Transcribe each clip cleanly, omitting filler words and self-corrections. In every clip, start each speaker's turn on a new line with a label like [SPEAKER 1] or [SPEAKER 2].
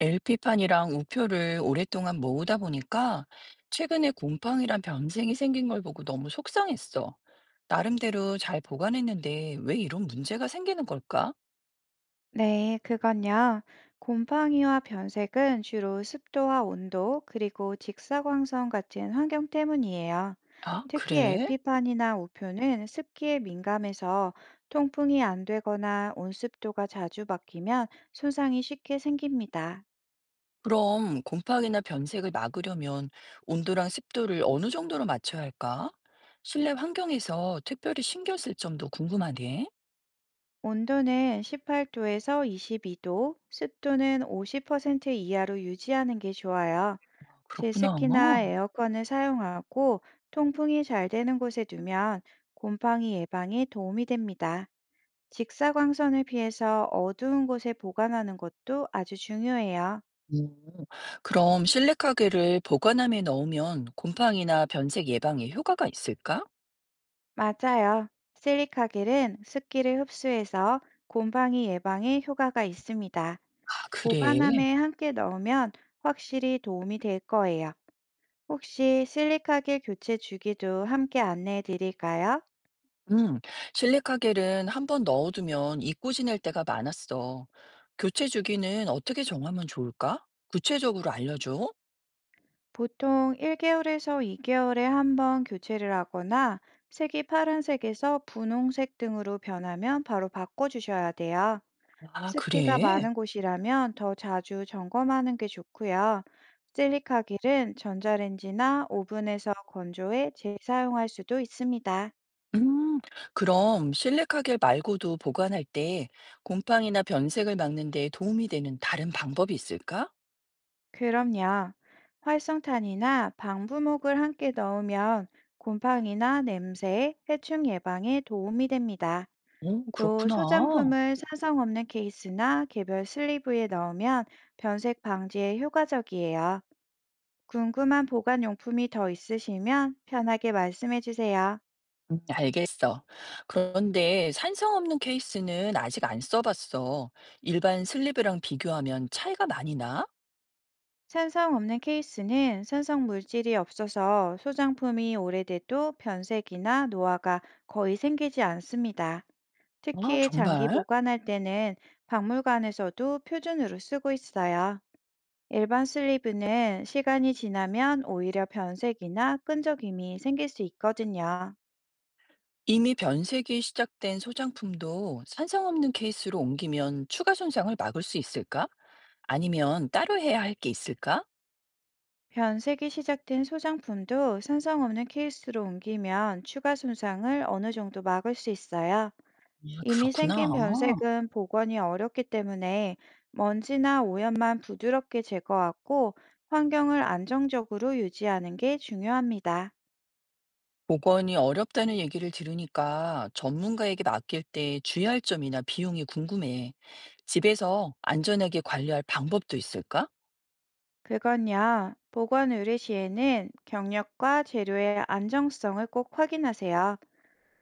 [SPEAKER 1] LP판이랑 우표를 오랫동안 모으다 보니까 최근에 곰팡이란 변생이 생긴 걸 보고 너무 속상했어. 나름대로 잘 보관했는데 왜 이런 문제가 생기는 걸까?
[SPEAKER 2] 네, 그건요. 곰팡이와 변색은 주로 습도와 온도, 그리고 직사광선 같은 환경 때문이에요.
[SPEAKER 1] 아,
[SPEAKER 2] 특히
[SPEAKER 1] 그래?
[SPEAKER 2] LP판이나 우표는 습기에 민감해서 통풍이 안 되거나 온습도가 자주 바뀌면 손상이 쉽게 생깁니다.
[SPEAKER 1] 그럼 곰팡이나 변색을 막으려면 온도랑 습도를 어느 정도로 맞춰야 할까? 실내 환경에서 특별히 신경 쓸 점도 궁금하네.
[SPEAKER 2] 온도는 18도에서 22도, 습도는 50% 이하로 유지하는 게 좋아요.
[SPEAKER 1] 그렇구나.
[SPEAKER 2] 제습기나 에어컨을 사용하고 통풍이 잘 되는 곳에 두면 곰팡이 예방에 도움이 됩니다. 직사광선을 피해서 어두운 곳에 보관하는 것도 아주 중요해요.
[SPEAKER 1] 음. 그럼 실내 가게를 보관함에 넣으면 곰팡이나 변색 예방에 효과가 있을까?
[SPEAKER 2] 맞아요. 실리카겔은 습기를 흡수해서 곰팡이 예방에 효과가 있습니다.
[SPEAKER 1] 아 그래?
[SPEAKER 2] 보관함에 함께 넣으면 확실히 도움이 될 거예요. 혹시 실리카겔 교체 주기도 함께 안내해 드릴까요?
[SPEAKER 1] 음. 실리카겔은 한 번 넣어두면 잊고 지낼 때가 많았어. 교체 주기는 어떻게 정하면 좋을까? 구체적으로 알려줘.
[SPEAKER 2] 보통 1개월에서 2개월에 한번 교체를 하거나 색이 파란색에서 분홍색 등으로 변하면 바로 바꿔주셔야 돼요.
[SPEAKER 1] 아
[SPEAKER 2] 습기가
[SPEAKER 1] 그래?
[SPEAKER 2] 많은 곳이라면 더 자주 점검하는 게 좋고요. 실리카길은 전자레인지나 오븐에서 건조해 재사용할 수도 있습니다.
[SPEAKER 1] 음. 그럼 실리카겔 말고도 보관할 때 곰팡이나 변색을 막는 데 도움이 되는 다른 방법이 있을까?
[SPEAKER 2] 그럼요. 활성탄이나 방부목을 함께 넣으면 곰팡이나 냄새, 해충 예방에 도움이 됩니다.
[SPEAKER 1] 오,
[SPEAKER 2] 또
[SPEAKER 1] 그렇구나.
[SPEAKER 2] 소장품을 산성 없는 케이스나 개별 슬리브에 넣으면 변색 방지에 효과적이에요. 궁금한 보관 용품이 더 있으시면 편하게 말씀해 주세요.
[SPEAKER 1] 알겠어. 그런데 산성 없는 케이스는 아직 안 써 봤어. 일반 슬리브랑 비교하면 차이가 많이 나?
[SPEAKER 2] 산성 없는 케이스는 산성 물질이 없어서 소장품이 오래돼도 변색이나 노화가 거의 생기지 않습니다.
[SPEAKER 1] 아
[SPEAKER 2] 특히 장기
[SPEAKER 1] 정말?
[SPEAKER 2] 보관할 때는 박물관에서도 표준으로 쓰고 있어요. 일반 슬리브는 시간이 지나면 오히려 변색이나 끈적임이 생길 수 있거든요.
[SPEAKER 1] 이미 변색이 시작된 소장품도 산성 없는 케이스로 옮기면 추가 손상을 막을 수 있을까? 아니면 따로 해야 할 게 있을까?
[SPEAKER 2] 변색이 시작된 소장품도 산성 없는 케이스로 옮기면 추가 손상을 어느 정도 막을 수 있어요.
[SPEAKER 1] 아,
[SPEAKER 2] 이미
[SPEAKER 1] 그렇구나.
[SPEAKER 2] 생긴 변색은 복원이 어렵기 때문에 먼지나 오염만 부드럽게 제거하고 환경을 안정적으로 유지하는 게 중요합니다.
[SPEAKER 1] 복원이 어렵다는 얘기를 들으니까 전문가에게 맡길 때 주의할 점이나 비용이 궁금해. 집에서 안전하게 관리할 방법도 있을까?
[SPEAKER 2] 그건요, 복원 의뢰 시에는 경력과 재료의 안정성을 꼭 확인하세요.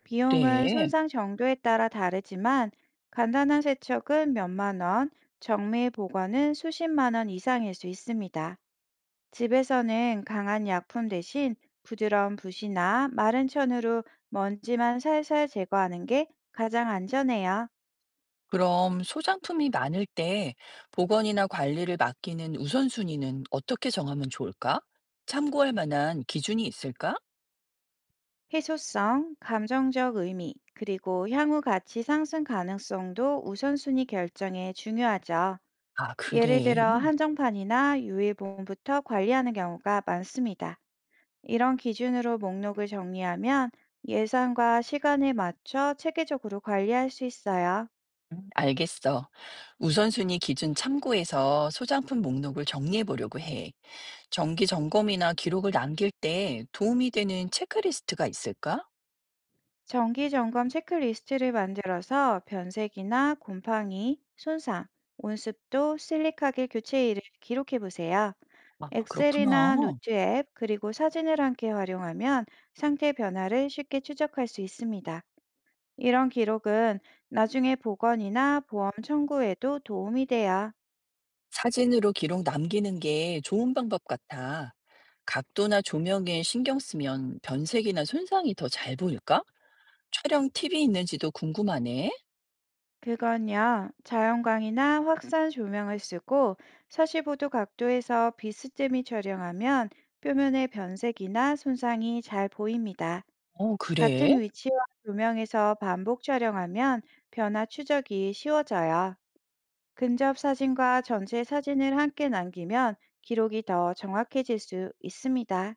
[SPEAKER 2] 비용은
[SPEAKER 1] 그래.
[SPEAKER 2] 손상 정도에 따라 다르지만 간단한 세척은 몇만 원, 정밀 보관은 수십만 원 이상일 수 있습니다. 집에서는 강한 약품 대신 부드러운 붓이나 마른 천으로 먼지만 살살 제거하는 게 가장 안전해요.
[SPEAKER 1] 그럼 소장품이 많을 때 복원이나 관리를 맡기는 우선순위는 어떻게 정하면 좋을까? 참고할 만한 기준이 있을까?
[SPEAKER 2] 해소성, 감정적 의미, 그리고 향후 가치 상승 가능성도 우선순위 결정에 중요하죠.
[SPEAKER 1] 아,
[SPEAKER 2] 예를 들어
[SPEAKER 1] 그래?
[SPEAKER 2] 한정판이나 유일본부터 관리하는 경우가 많습니다. 이런 기준으로 목록을 정리하면 예산과 시간에 맞춰 체계적으로 관리할 수 있어요.
[SPEAKER 1] 알겠어. 우선순위 기준 참고해서 소장품 목록을 정리해 보려고 해. 정기 점검이나 기록을 남길 때 도움이 되는 체크리스트가 있을까?
[SPEAKER 2] 정기 점검 체크리스트를 만들어서 변색이나 곰팡이, 손상, 온습도, 실리카겔 교체일을 기록해 보세요.
[SPEAKER 1] 아, 그렇구나.
[SPEAKER 2] 엑셀이나 노트 앱, 그리고 사진을 함께 활용하면 상태 변화를 쉽게 추적할 수 있습니다. 이런 기록은 나중에 보건이나 보험 청구에도 도움이 돼요.
[SPEAKER 1] 사진으로 기록 남기는 게 좋은 방법 같아. 각도나 조명에 신경 쓰면 변색이나 손상이 더 잘 보일까? 촬영 팁이 있는지도 궁금하네.
[SPEAKER 2] 그건요, 자연광이나 확산 조명을 쓰고 45도 각도에서 비스듬히 촬영하면 표면의 변색이나 손상이 잘 보입니다.
[SPEAKER 1] 어,
[SPEAKER 2] 같은
[SPEAKER 1] 그래?
[SPEAKER 2] 위치와 조명에서 반복 촬영하면 변화 추적이 쉬워져요. 근접 사진과 전체 사진을 함께 남기면 기록이 더 정확해질 수 있습니다.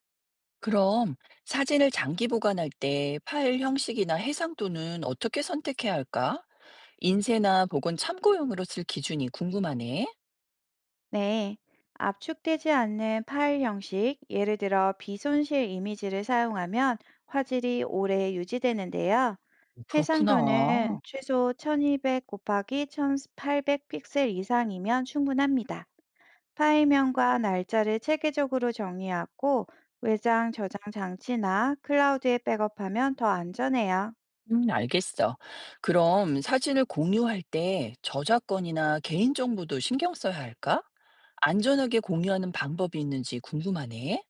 [SPEAKER 1] 그럼 사진을 장기 보관할 때 파일 형식이나 해상도는 어떻게 선택해야 할까? 인쇄나 복원 참고용으로 쓸 기준이 궁금하네.
[SPEAKER 2] 네, 압축되지 않는 파일 형식, 예를 들어 비손실 이미지를 사용하면 화질이 오래 유지되는데요.
[SPEAKER 1] 그렇구나.
[SPEAKER 2] 해상도는 최소 1200 곱하기 1800 픽셀 이상이면 충분합니다. 파일명과 날짜를 체계적으로 정리하고 외장 저장 장치나 클라우드에 백업하면 더 안전해요.
[SPEAKER 1] 알겠어. 그럼 사진을 공유할 때 저작권이나 개인정보도 신경 써야 할까? 안전하게 공유하는 방법이 있는지 궁금하네.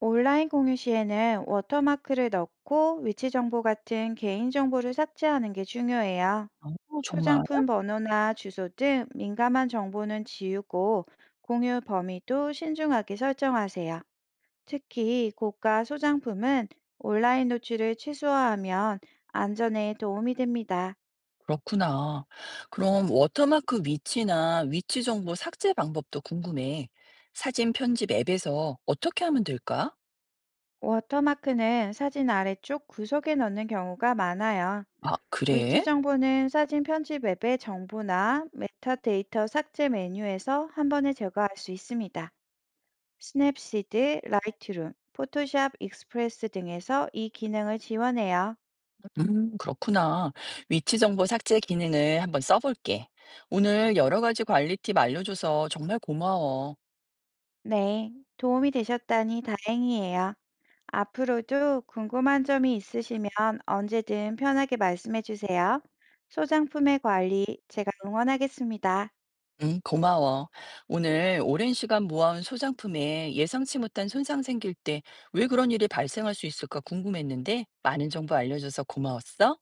[SPEAKER 2] 온라인 공유 시에는 워터마크를 넣고 위치 정보 같은 개인 정보를 삭제하는 게 중요해요.
[SPEAKER 1] 어, 정말.
[SPEAKER 2] 소장품 번호나 주소 등 민감한 정보는 지우고 공유 범위도 신중하게 설정하세요. 특히 고가 소장품은 온라인 노출을 최소화하면 안전에 도움이 됩니다.
[SPEAKER 1] 그렇구나. 그럼 워터마크 위치나 위치 정보 삭제 방법도 궁금해. 사진 편집 앱에서 어떻게 하면 될까?
[SPEAKER 2] 워터마크는 사진 아래쪽 구석에 넣는 경우가 많아요.
[SPEAKER 1] 아,
[SPEAKER 2] 위치
[SPEAKER 1] 그래?
[SPEAKER 2] 정보는 사진 편집 앱의 정보나 메타데이터 삭제 메뉴에서 한 번에 제거할 수 있습니다. 스냅시드, 라이트룸, 포토샵 익스프레스 등에서 이 기능을 지원해요.
[SPEAKER 1] 그렇구나. 위치 정보 삭제 기능을 한번 써볼게. 오늘 여러 가지 관리 팁 알려줘서 정말 고마워.
[SPEAKER 2] 네, 도움이 되셨다니 다행이에요. 앞으로도 궁금한 점이 있으시면 언제든 편하게 말씀해 주세요. 소장품의 관리 제가 응원하겠습니다.
[SPEAKER 1] 응, 고마워. 오늘 오랜 시간 모아온 소장품에 예상치 못한 손상 생길 때 왜 그런 일이 발생할 수 있을까 궁금했는데 많은 정보 알려줘서 고마웠어.